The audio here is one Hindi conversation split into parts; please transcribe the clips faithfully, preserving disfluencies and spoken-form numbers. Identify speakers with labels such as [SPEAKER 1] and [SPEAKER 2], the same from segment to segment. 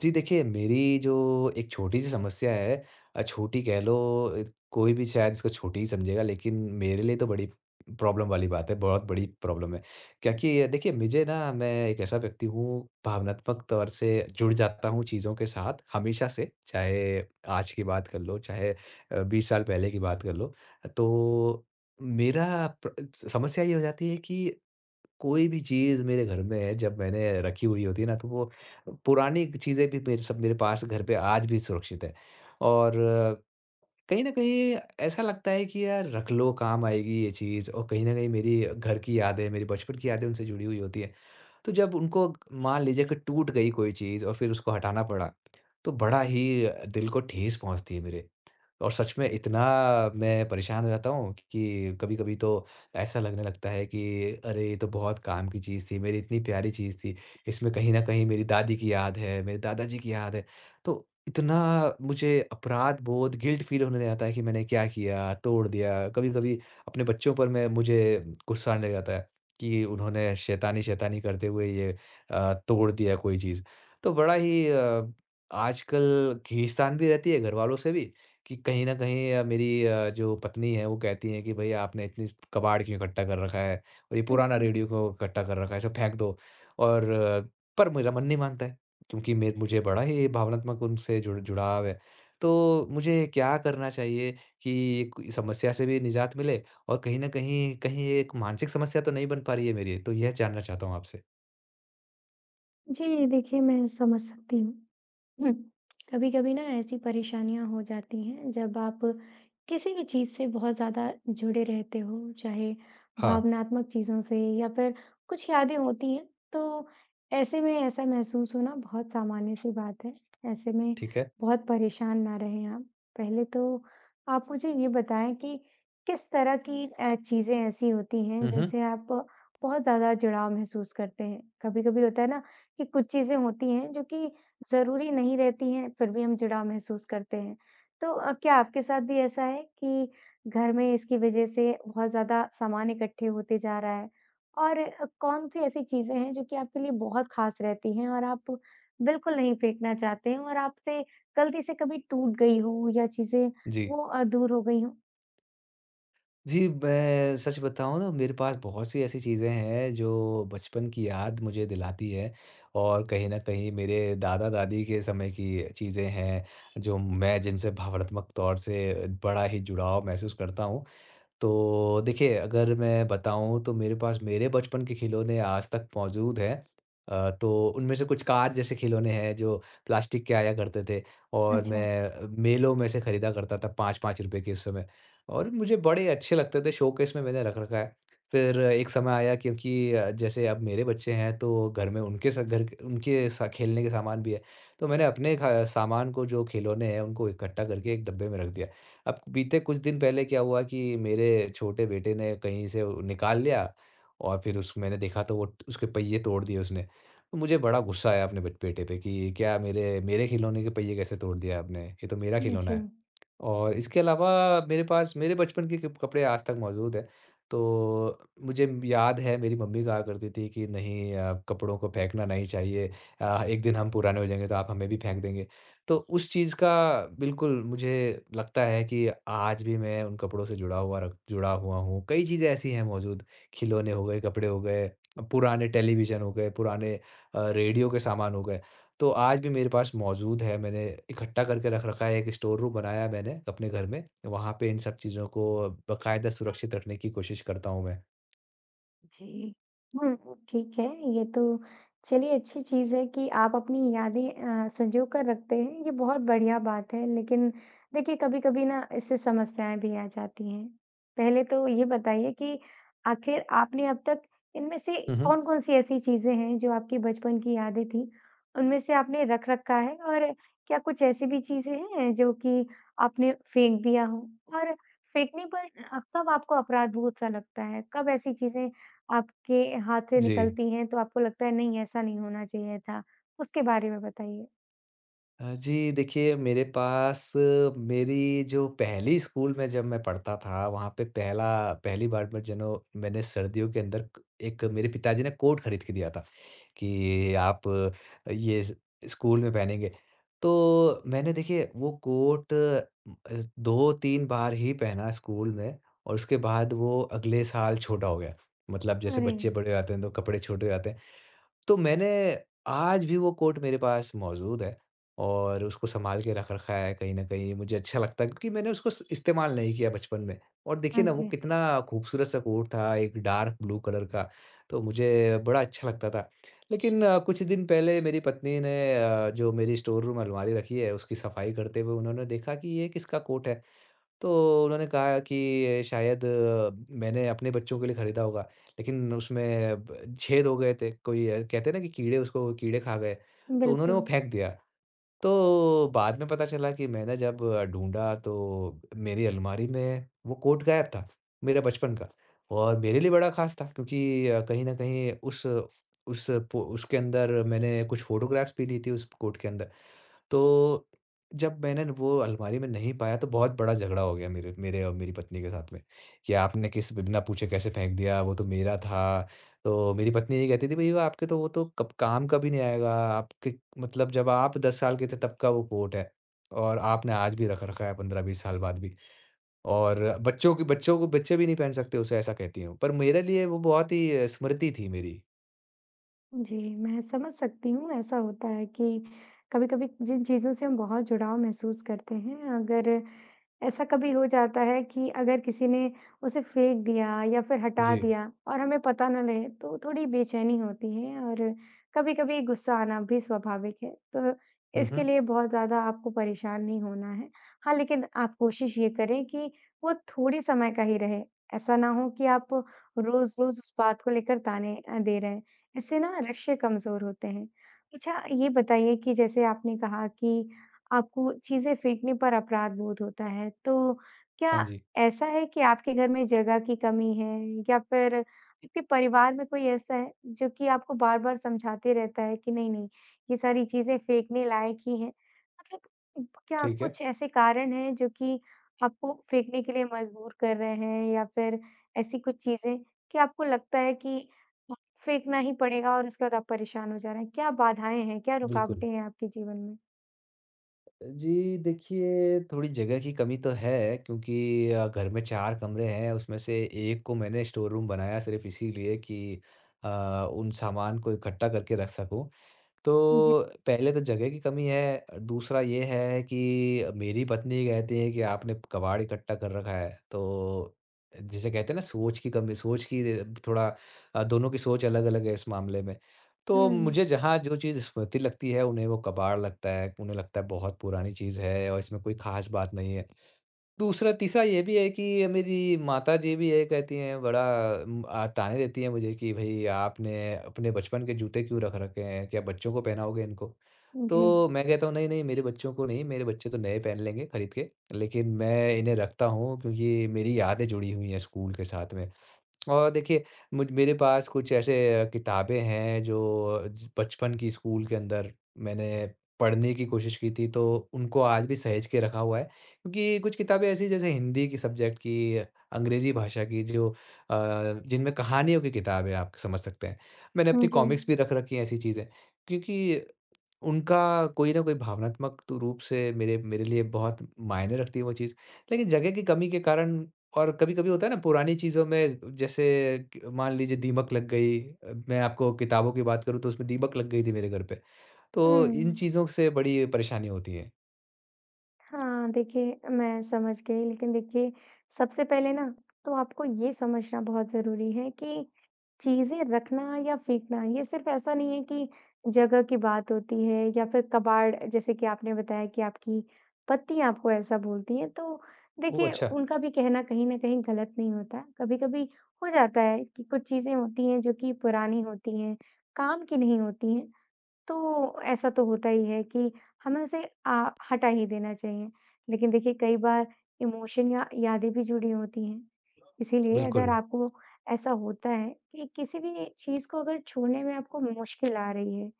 [SPEAKER 1] जी, देखिए मेरी जो एक छोटी-सी समस्या है। अ, छोटी कह लो। अ, कोई भी शायद इसको छोटी ही समझेगा, लेकिन मेरे लिए तो बड़ी प्रॉब्लम वाली बात है, बहुत बड़ी प्रॉब्लम है। क्या कि अ, देखिए मुझे ना, मैं एक ऐसा व्यक्ति हूँ, भावनात्मक तौर से जुड़ जाता हूँ चीज़ों के साथ हमेशा से, चाहे आज की बात कर लो, चाहे अ, बीस साल पहले की बात कर लो। तो मेरा प्र समस्या ये हो जाती है कि कोई भी चीज़ मेरे घर में है, जब मैंने रखी हुई होती है ना, तो वो पुरानी चीज़ें भी मेरे सब मेरे पास घर पे आज भी सुरक्षित है। और कहीं न कहीं ऐसा लगता है कि यार रख लो, काम आएगी ये चीज़। और कहीं न कहीं मेरी घर की यादें, मेरी बचपन की यादें उनसे जुड़ी हुई होती हैं। तो जब उनको मान लीजिए कि टूट गई कोई चीज़ और फिर उसको हटाना पड़ा, तो बड़ा ही दिल को ठेस पहुँचती है मेरे। और सच में इतना मैं परेशान हो जाता हूँ कि कभी-कभी तो ऐसा लगने लगता है कि अरे! ये तो बहुत काम की चीज़ थी, मेरी इतनी प्यारी चीज़ थी। इसमें कहीं न कहीं मेरी दादी की याद है, मेरे दादाजी की याद है। तो इतना मुझे अपराध बोध, गिल्ट फ़ील होने लग जाता है कि मैंने क्या किया, तोड़ दिया। कभी-कभी अपने बच्चों पर मैं मुझे गुस्सा आने लग जाता है कि उन्होंने शैतानी-शैतानी करते हुए ये अ, तोड़ दिया कोई चीज़। तो बड़ा ही अ, आजकल खींचतान भी रहती है घरवालों से भी कि कहीं न कहीं अ, मेरी अ, जो पत्नी है वो कहती हैं कि भई आपने इतनी कबाड़ क्यों इकट्ठा कर रखा है, और ये पुराना
[SPEAKER 2] अच्छा।
[SPEAKER 1] रेडियो क्यों इकट्ठा कर रखा है, इसे फेंक दो। और अ, पर मेरा मन नहीं मानता है, क्योंकि मे मुझे बड़ा ही भावनात्मक उनसे जुड़ जुड़ाव है। तो मुझे क्या करना चाहिए कि क समस्या से भी निजात मिले, और कहीं न कहीं कहीं ये एक मानसिक समस्या तो नहीं बन पा रही है मेरी? तो यह जानना चाहता हूँ आपसे।
[SPEAKER 2] जी, देखिए मैं समझ सकती हूँ। हुँ, कभी-कभी ना ऐसी परेशानियाँ हो जाती हैं जब आप किसी भी चीज़ से बहुत ज़्यादा जुड़े रहते हो, चाहे
[SPEAKER 1] हाँ,
[SPEAKER 2] भावनात्मक चीज़ों से या फिर कुछ यादें होती हैं, तो ऐसे में ऐसा महसूस होना बहुत सामान्य-सी बात है। ऐसे में
[SPEAKER 1] ठीक है।
[SPEAKER 2] बहुत परेशान ना रहें आप। पहले तो आप मुझे ये बताएँ कि किस तरह की अ, चीज़ें ऐसी होती हैं
[SPEAKER 1] हुँ, हुँ।
[SPEAKER 2] जिनसे आप बहुत ज़्यादा जुड़ाव महसूस करते हैं? कभी-कभी होता है ना कि कुछ चीज़ें होती हैं जो कि ज़रूरी नहीं रहती हैं, फिर भी हम जुड़ाव महसूस करते हैं। तो अ, क्या आपके साथ भी ऐसा है कि घर में इसकी वज़ह से बहुत ज़्यादा सामान इकट्ठे होते जा रहा है? और अ, कौन-सी ऐसी चीज़ें हैं जो कि आपके लिए बहुत ख़ास रहती हैं और आप बिल्कुल नहीं फेंकना चाहते हैं और आपसे गलती से कभी टूट गई हो या चीज़ें
[SPEAKER 1] जी।
[SPEAKER 2] वो अ, दूर हो गई हों?
[SPEAKER 1] जी, मैं सच बताऊँ ना, मेरे पास बहुत सी ऐसी चीज़ें हैं जो बचपन की याद मुझे दिलाती है, और कहीं न कहीं मेरे दादा-दादी के समय की चीज़ें हैं, जो मैं जिनसे भावनात्मक तौर से बड़ा ही जुड़ाव महसूस करता हूँ। तो देखिए, अगर मैं बताऊँ तो मेरे पास मेरे बचपन के खिलौने आज तक मौजूद हैं। अ, तो उनमें से कुछ कार जैसे खिलौने हैं जो प्लास्टिक के आया करते थे, और
[SPEAKER 2] अच्छा।
[SPEAKER 1] मैं मेलों में से खरीदा करता था ₹पाँच पाँच रुपए के उस समय। और मुझे बड़े अच्छे लगते थे, शोकेस में मैंने रख रखा है। फिर एक समय आया, क्योंकि अ, जैसे अब मेरे बच्चे हैं, तो घर में उनके सा घर के- उनके सा खेलने के सामान भी है। तो मैंने अपने ख सामान को जो खिलौने हैं उनको इकट्ठा करके एक डब्बे में रख दिया। अब बीते कुछ दिन पहले क्या हुआ कि मेरे छोटे बेटे ने कहीं से वो निकाल लिया, और फिर उस मैंने देखा तो वो ट- उसके पहिए तोड़ दिए उसने। तो मुझे बड़ा गुस्सा आया अपने बट बेटे पे कि क्या, मेरे मेरे खिलौने के पहिए कैसे तोड़ दिया आपने? ये तो मेरा खिलौना
[SPEAKER 2] जी।
[SPEAKER 1] है। और इसके अलावा मेरे पास मेरे बचपन के कप कपड़े आज तक मौजूद हैं। तो मुझे याद है मेरी मम्मी कहा करती थी कि नहीं अ, कपड़ों को फेंकना नहीं चाहिए, अ, एक दिन हम पुराने हो जाएँगे तो आप हमें भी फेंक देंगे। तो उस चीज़ का बिल्कुल मुझे लगता है कि आज भी मैं उन कपड़ों से जुड़ा हुआ रख जुड़ा हुआ हूँ। कई चीज़ें ऐसी हैं मौजूद, खिलौने हो गए, कपड़े हो गए, पुराने टेलीविज़न हो गए, पुराने अ, रेडियो के सामान हो गए। तो आज भी मेरे पास मौजूद है, मैंने इकट्ठा करके रख रखा है, एक स्टोर रूम बनाया है मैंने अपने घर में, वहाँ पे इन सब चीज़ों को बाकायदा सुरक्षित रखने की कोशिश करता हूँ मैं।
[SPEAKER 2] जी। हुँ, ठीक है। ये तो चलिए अच्छी चीज़ है कि आप अपनी यादें अ, संजो कर रखते हैं, ये बहुत बढ़िया बात है। लेकिन देखिए कभी-कभी ना इससे समस्याएँ भी आ जाती हैं। पहले तो ये बताइए कि आखिर आपने अब तक इनमें से
[SPEAKER 1] हुँ, हुँ।
[SPEAKER 2] कौन-कौन सी ऐसी चीज़ें हैं जो आपकी बचपन की यादें थीं, उनमें से आपने रख रखा है? और क्या कुछ ऐसी भी चीज़ें हैं जो कि आपने फेंक दिया हो? और फेंकने पर अ, कब आपको अपराध बोध सा लगता है? कब ऐसी चीज़ें आपके हाथ से
[SPEAKER 1] जी।
[SPEAKER 2] निकलती हैं, तो आपको लगता है नहीं ऐसा नहीं होना चाहिए था? उसके बारे में बताइए।
[SPEAKER 1] अ, जी देखिए मेरे पास अ, मेरी जो पहली स्कूल में जब मैं पढ़ता था, वहाँ पे पहला पहली बार मैं जनो मैंने सर्दियों के अंदर क- एक मेरे पिताजी ने कोट खरीद के दिया था कि आप अ, ये स- स्कूल में पहनेंगे। तो मैंने देखिए वो कोट म, अ, दो तीन बार ही पहना स्कूल में, और उसके बाद वो अगले साल छोटा हो गया, मतलब जैसे
[SPEAKER 2] अरे!
[SPEAKER 1] बच्चे बड़े हो जाते हैं तो कपड़े छोटे हो जाते हैं। तो मैंने आज भी वो कोट मेरे पास मौजूद है, और उसको सँभाल के रख रखा है। कहीं न कहीं, मुझे अच्छा लगता है क्योंकि मैंने उसको स इस्तेमाल नहीं किया बचपन में। और देखिए
[SPEAKER 2] हाँ
[SPEAKER 1] ना, वो
[SPEAKER 2] जी।
[SPEAKER 1] कितना खूबसूरत-सा कोट था, एक डार्क ब्लू कलर का, तो मुझे बड़ा अच्छा लगता था। लेकिन अ, कुछ दिन पहले मेरी पत्नी ने अ, जो मेरी स्टोर रूम अलमारी रखी है, उसकी सफाई करते हुए उन्होंने देखा कि ये किसका कोट है? तो उन्होंने कहा कि शायद अ, मैंने अपने बच्चों के लिए खरीदा होगा, लेकिन उसमें ब छेद हो गए थे, कोई अ, कहते हैं ना कि कीड़े उसको, कीड़े खा गए, तो उन्होंने वो
[SPEAKER 2] बिल्कुल।
[SPEAKER 1] फेंक दिया। तो बाद में पता चला कि मैंने जब ढूँढा तो मेरी अलमारी में वो कोट गायब था, मेरा बचपन का, और मेरे लिए बड़ा ख़ास था क्योंकि अ, कहीं न कहीं उस उस पो उसके अंदर मैंने कुछ फ़ोटोग्राफ़्स भी ली थी उस कोट के अंदर। तो जब मैंने वो अलमारी में नहीं पाया, तो बहुत बड़ा झगड़ा हो गया मेरे मेरे और मेरी पत्नी के साथ में कि आपने किस बिना पूछे कैसे फेंक दिया, वो तो मेरा था। तो मेरी पत्नी ये कहती थी, भई वो आपके तो, वो तो कब काम का भी नहीं आएगा आपके, मतलब जब आप दस साल के थे तब का वो कोट है, और आपने आज भी रख रखा है पंद्रह बीस साल बाद भी, और बच्चों के बच्चों को बच्चे भी नहीं पहन सकते उसे, ऐसा कहती हैं वो। पर मेरे लिए वो बहुत ही अ, स्मृति थी मेरी।
[SPEAKER 2] जी, मैं समझ सकती हूँ, ऐसा होता है कि कभी-कभी जिन चीज़ों से हम बहुत जुड़ाव महसूस करते हैं, अगर ऐसा कभी हो जाता है कि अगर किसी ने उसे फेंक दिया या फिर हटा
[SPEAKER 1] जी।
[SPEAKER 2] दिया और हमें पता न लगे तो थोड़ी बेचैनी होती है और कभी-कभी गुस्सा आना भी स्वाभाविक है। तो
[SPEAKER 1] हुँ,
[SPEAKER 2] इसके
[SPEAKER 1] हुँ।
[SPEAKER 2] लिए बहुत ज़्यादा आपको परेशान नहीं होना है। हाँ, लेकिन आप कोशिश ये करें कि वो थोड़े समय का ही रहे। ऐसा ना हो कि आप रोज़-रोज़ उस बात को लेकर ताने अ, दे रहे हैं। इससे ना रिश्ते कमज़ोर होते हैं। अच्छा ये बताइए कि जैसे आपने कहा कि आपको चीज़ें फेंकने पर अपराध बोध होता है। तो क्या
[SPEAKER 1] हाँ जी।
[SPEAKER 2] ऐसा है कि आपके घर में जगह की कमी है या फिर आपके परिवार में कोई ऐसा है जो कि आपको बार-बार समझाते रहता है कि नहीं-नहीं ये सारी चीज़ें फेंकने लायक ही हैं? मतलब उप क्या
[SPEAKER 1] ठीक है।
[SPEAKER 2] कुछ ऐसे कारण हैं जो कि आपको फेंकने के लिए मजबूर कर रहे हैं या फिर ऐसी कुछ चीज़ें कि आपको लगता है कि अ, फेंकना ही पड़ेगा और उसके बाद आप परेशान हो जा रहे हैं? क्या बाधाएँ हैं? क्या
[SPEAKER 1] बिल्कुल।
[SPEAKER 2] रुकावटें हैं आपके जीवन में?
[SPEAKER 1] जी, देखिए थोड़ी जगह की कमी तो है, क्योंकि अ, घर में चार कमरे हैं, उसमें से एक को मैंने स्टोर रूम बनाया, सिर्फ़ इसीलिए कि अ, उन सामान को इकट्ठा करके रख सकूँ। तो पहले तो जगह की कमी है, दूसरा ये है कि मेरी पत्नी कहती है कि आपने कबाड़ इकट्ठा कर रखा है। तो जिसे कहते हैं ना, सोच की कमी, सोच की थोड़ा अ, दोनों की सोच अलग-अलग है इस मामले में। तो
[SPEAKER 2] हुँ।
[SPEAKER 1] मुझे जहाँ जो चीज़ स्मृति लगती है, उन्हें वो कबाड़ लगता है, उन्हें लगता है बहुत पुरानी चीज़ है और इसमें कोई खास बात नहीं है। दूसरा तीसरा ये भी है कि मेरी माताजी भी ये कहती हैं, बड़ा उम, अ, ताने देती हैं मुझे कि भई आपने अपने बचपन के जूते क्यों रख रखे हैं? क्या बच्चों को पहनाओगे इनको?
[SPEAKER 2] जी।
[SPEAKER 1] तो मैं कहता हूँ, नहीं, नहीं मेरे बच्चों को नहीं, मेरे बच्चे तो नए पहन लेंगे खरीद के, लेकिन मैं इन्हें रखता हूँ क्योंकि मेरी यादें जुड़ी हुई हैं स्कूल के साथ में। और देखिए, मुझ मेरे पास कुछ ऐसे अ, किताबें हैं जो ज बचपन की स्कूल के अंदर मैंने पढ़ने की कोशिश की थी, तो उनको आज भी सहेज के रखा हुआ है। क्योंकि कुछ किताबें ऐसी, जैसे हिंदी की सब्जेक्ट की, अंग्रेज़ी भाषा की जो अ, जिनमें कहानियों की किताब है, आप समझ सकते हैं। मैंने अपनी
[SPEAKER 2] जी।
[SPEAKER 1] कॉमिक्स भी रख रखी हैं, ऐसी चीज़ें, क्योंकि उनका कोई न कोई भावनात्मक तो रूप से मेरे मेरे लिए बहुत मायने रखती है वो चीज़। लेकिन जगह की कमी के कारण, और कभी-कभी होता है ना, पुरानी चीज़ों में जैसे क मान लीजिए दीमक लग गई। अ, मैं आपको किताबों की बात करूँ तो उसमें दीमक लग गई थी मेरे घर पे। तो
[SPEAKER 2] हुँ।
[SPEAKER 1] इन चीज़ों से बड़ी परेशानी होती है।
[SPEAKER 2] हाँ, देखिए मैं समझ गई लेकिन देखिए सबसे पहले ना तो आपको ये समझना बहुत ज़रूरी है कि चीज़ें रखना या फेंकना ये सिर्फ़ ऐसा नहीं है कि जगह की बात होती है या फिर कबाड़ जैसे कि आपने बताया कि आपकी पत्नी आपको ऐसा बोलती हैं, तो
[SPEAKER 1] ओह
[SPEAKER 2] देखिए
[SPEAKER 1] अच्छा!
[SPEAKER 2] उनका भी कहना कहीं न कहीं गलत नहीं होता। कभी-कभी हो जाता है कि कुछ चीज़ें होती हैं जो कि पुरानी होती हैं, काम की नहीं होती हैं। तो ऐसा तो होता ही है कि हमें उसे अ, हटा ही देना चाहिए। लेकिन देखिए कई बार इमोशन या यादें भी जुड़ी होती हैं। इसीलिए अगर
[SPEAKER 1] बिल्कुल।
[SPEAKER 2] आपको ऐसा होता है कि किसी भी चीज़ को अगर छोड़ने में आपको मुश्किल आ रही है,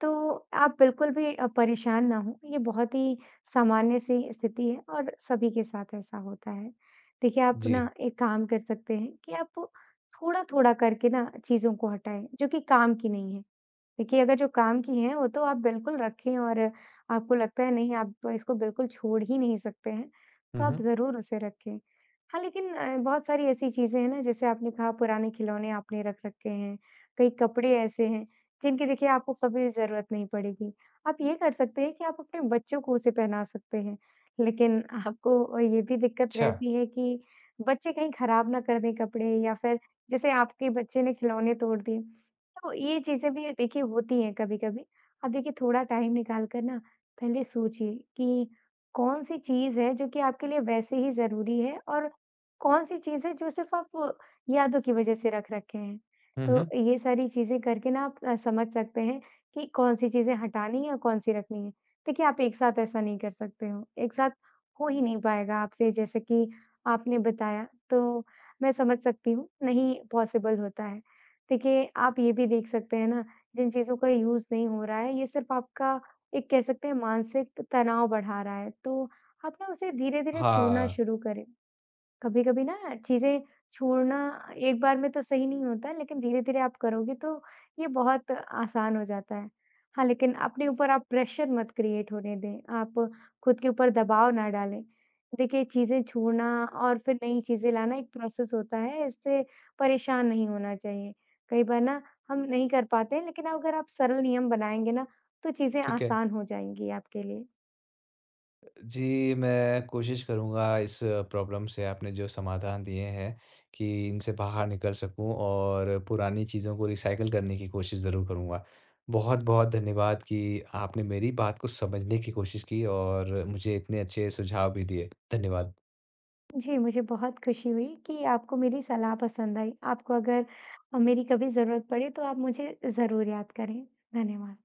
[SPEAKER 2] तो आप बिल्कुल भी अ, परेशान ना हों, ये बहुत ही सामान्य सी स्थिति है और सभी के साथ ऐसा होता है। देखिए, आप
[SPEAKER 1] जी।
[SPEAKER 2] ना एक काम कर सकते हैं कि आप थोड़ा-थोड़ा करके ना चीज़ों को हटाएँ, जो कि काम की नहीं है। देखिए, अगर जो काम की हैं, वो तो आप बिल्कुल रखें और आपको लगता है नहीं, आप इसको बिल्कुल छोड़ ही नहीं सकते हैं,
[SPEAKER 1] हुँ,
[SPEAKER 2] तो आप
[SPEAKER 1] हुँ।
[SPEAKER 2] ज़रूर उसे रखें। हाँ, लेकिन अ, बहुत सारी ऐसी चीज़ें हैं ना, जैसे आपने कहा पुराने खिलौने आपने रख रखे हैं, कई कपड़े ऐसे हैं जिनकी देखिए आपको कभी ज़रूरत नहीं पड़ेगी। आप ये कर सकते हैं कि आप अपने बच्चों को उसे पहना सकते हैं। लेकिन आपको ये भी दिक्कत
[SPEAKER 1] अच्छा।
[SPEAKER 2] रहती है कि बच्चे कहीं खराब ना कर दें कपड़े या फिर जैसे आपके बच्चे ने खिलौने तोड़ दिए। तो ये चीज़ें भी देखिए होती हैं कभी-कभी। आप देखिए थोड़ा टाइम निकाल कर ना पहले सोचिए कि कौन-सी चीज़ है जो कि आपके लिए वैसे ही ज़रूरी है और कौन-सी चीज़ है जो सिर्फ़ आप यादों की वज़ह से रख रखे हैं।
[SPEAKER 1] हुँ,
[SPEAKER 2] तो
[SPEAKER 1] हुँ।
[SPEAKER 2] ये सारी चीज़ें करके ना आप अ, समझ सकते हैं कि कौन-सी चीज़ें हटानी है और कौन-सी रखनी है। देखिए, आप एक साथ ऐसा नहीं कर सकते हो, एक साथ हो ही नहीं पाएगा आपसे जैसे कि आपने बताया, तो मैं समझ सकती हूँ, नहीं पॉसिबल होता है। देखिए, आप ये भी देख सकते हैं ना, जिन चीज़ों का यूज़ नहीं हो रहा है, ये सिर्फ़ आपका एक कह सकते हैं मानसिक तनाव बढ़ा रहा है, तो आप ना उसे धीरे-धीरे छोड़ना
[SPEAKER 1] हाँ,
[SPEAKER 2] शुरू करें। कभी-कभी ना चीज़ें छोड़ना एक बार में तो सही नहीं होता, लेकिन धीरे-धीरे आप करोगे तो ये बहुत आसान हो जाता है। हाँ, लेकिन अपने ऊपर आप प्रेशर मत क्रिएट होने दें, आप खुद के ऊपर दबाव ना डालें। देखिए, चीज़ें छोड़ना और फिर नई चीज़ें लाना एक प्रोसेस होता है, इससे परेशान नहीं होना चाहिए। कई बार ना हम नहीं कर पाते हैं, लेकिन अगर आप सरल नियम बनाएँगे ना, तो चीज़ें
[SPEAKER 1] ठीक है।
[SPEAKER 2] आसान हो जाएँगी आपके लिए।
[SPEAKER 1] जी, मैं कोशिश करूँगा इस प्रॉब्लम से, आपने जो समाधान दिए हैं कि इनसे बाहर निकल सकूँ, और पुरानी चीज़ों को रिसाइकिल करने की कोशिश ज़रूर करूँगा। बहुत-बहुत धन्यवाद कि आपने मेरी बात को समझने की कोशिश की और मुझे इतने अच्छे सुझाव भी दिए। धन्यवाद।
[SPEAKER 2] जी, मुझे बहुत खुशी हुई कि आपको मेरी सलाह पसंद आई। आपको अगर अ, मेरी कभी ज़रूरत पड़े तो आप मुझे ज़रूर याद करें। धन्यवाद।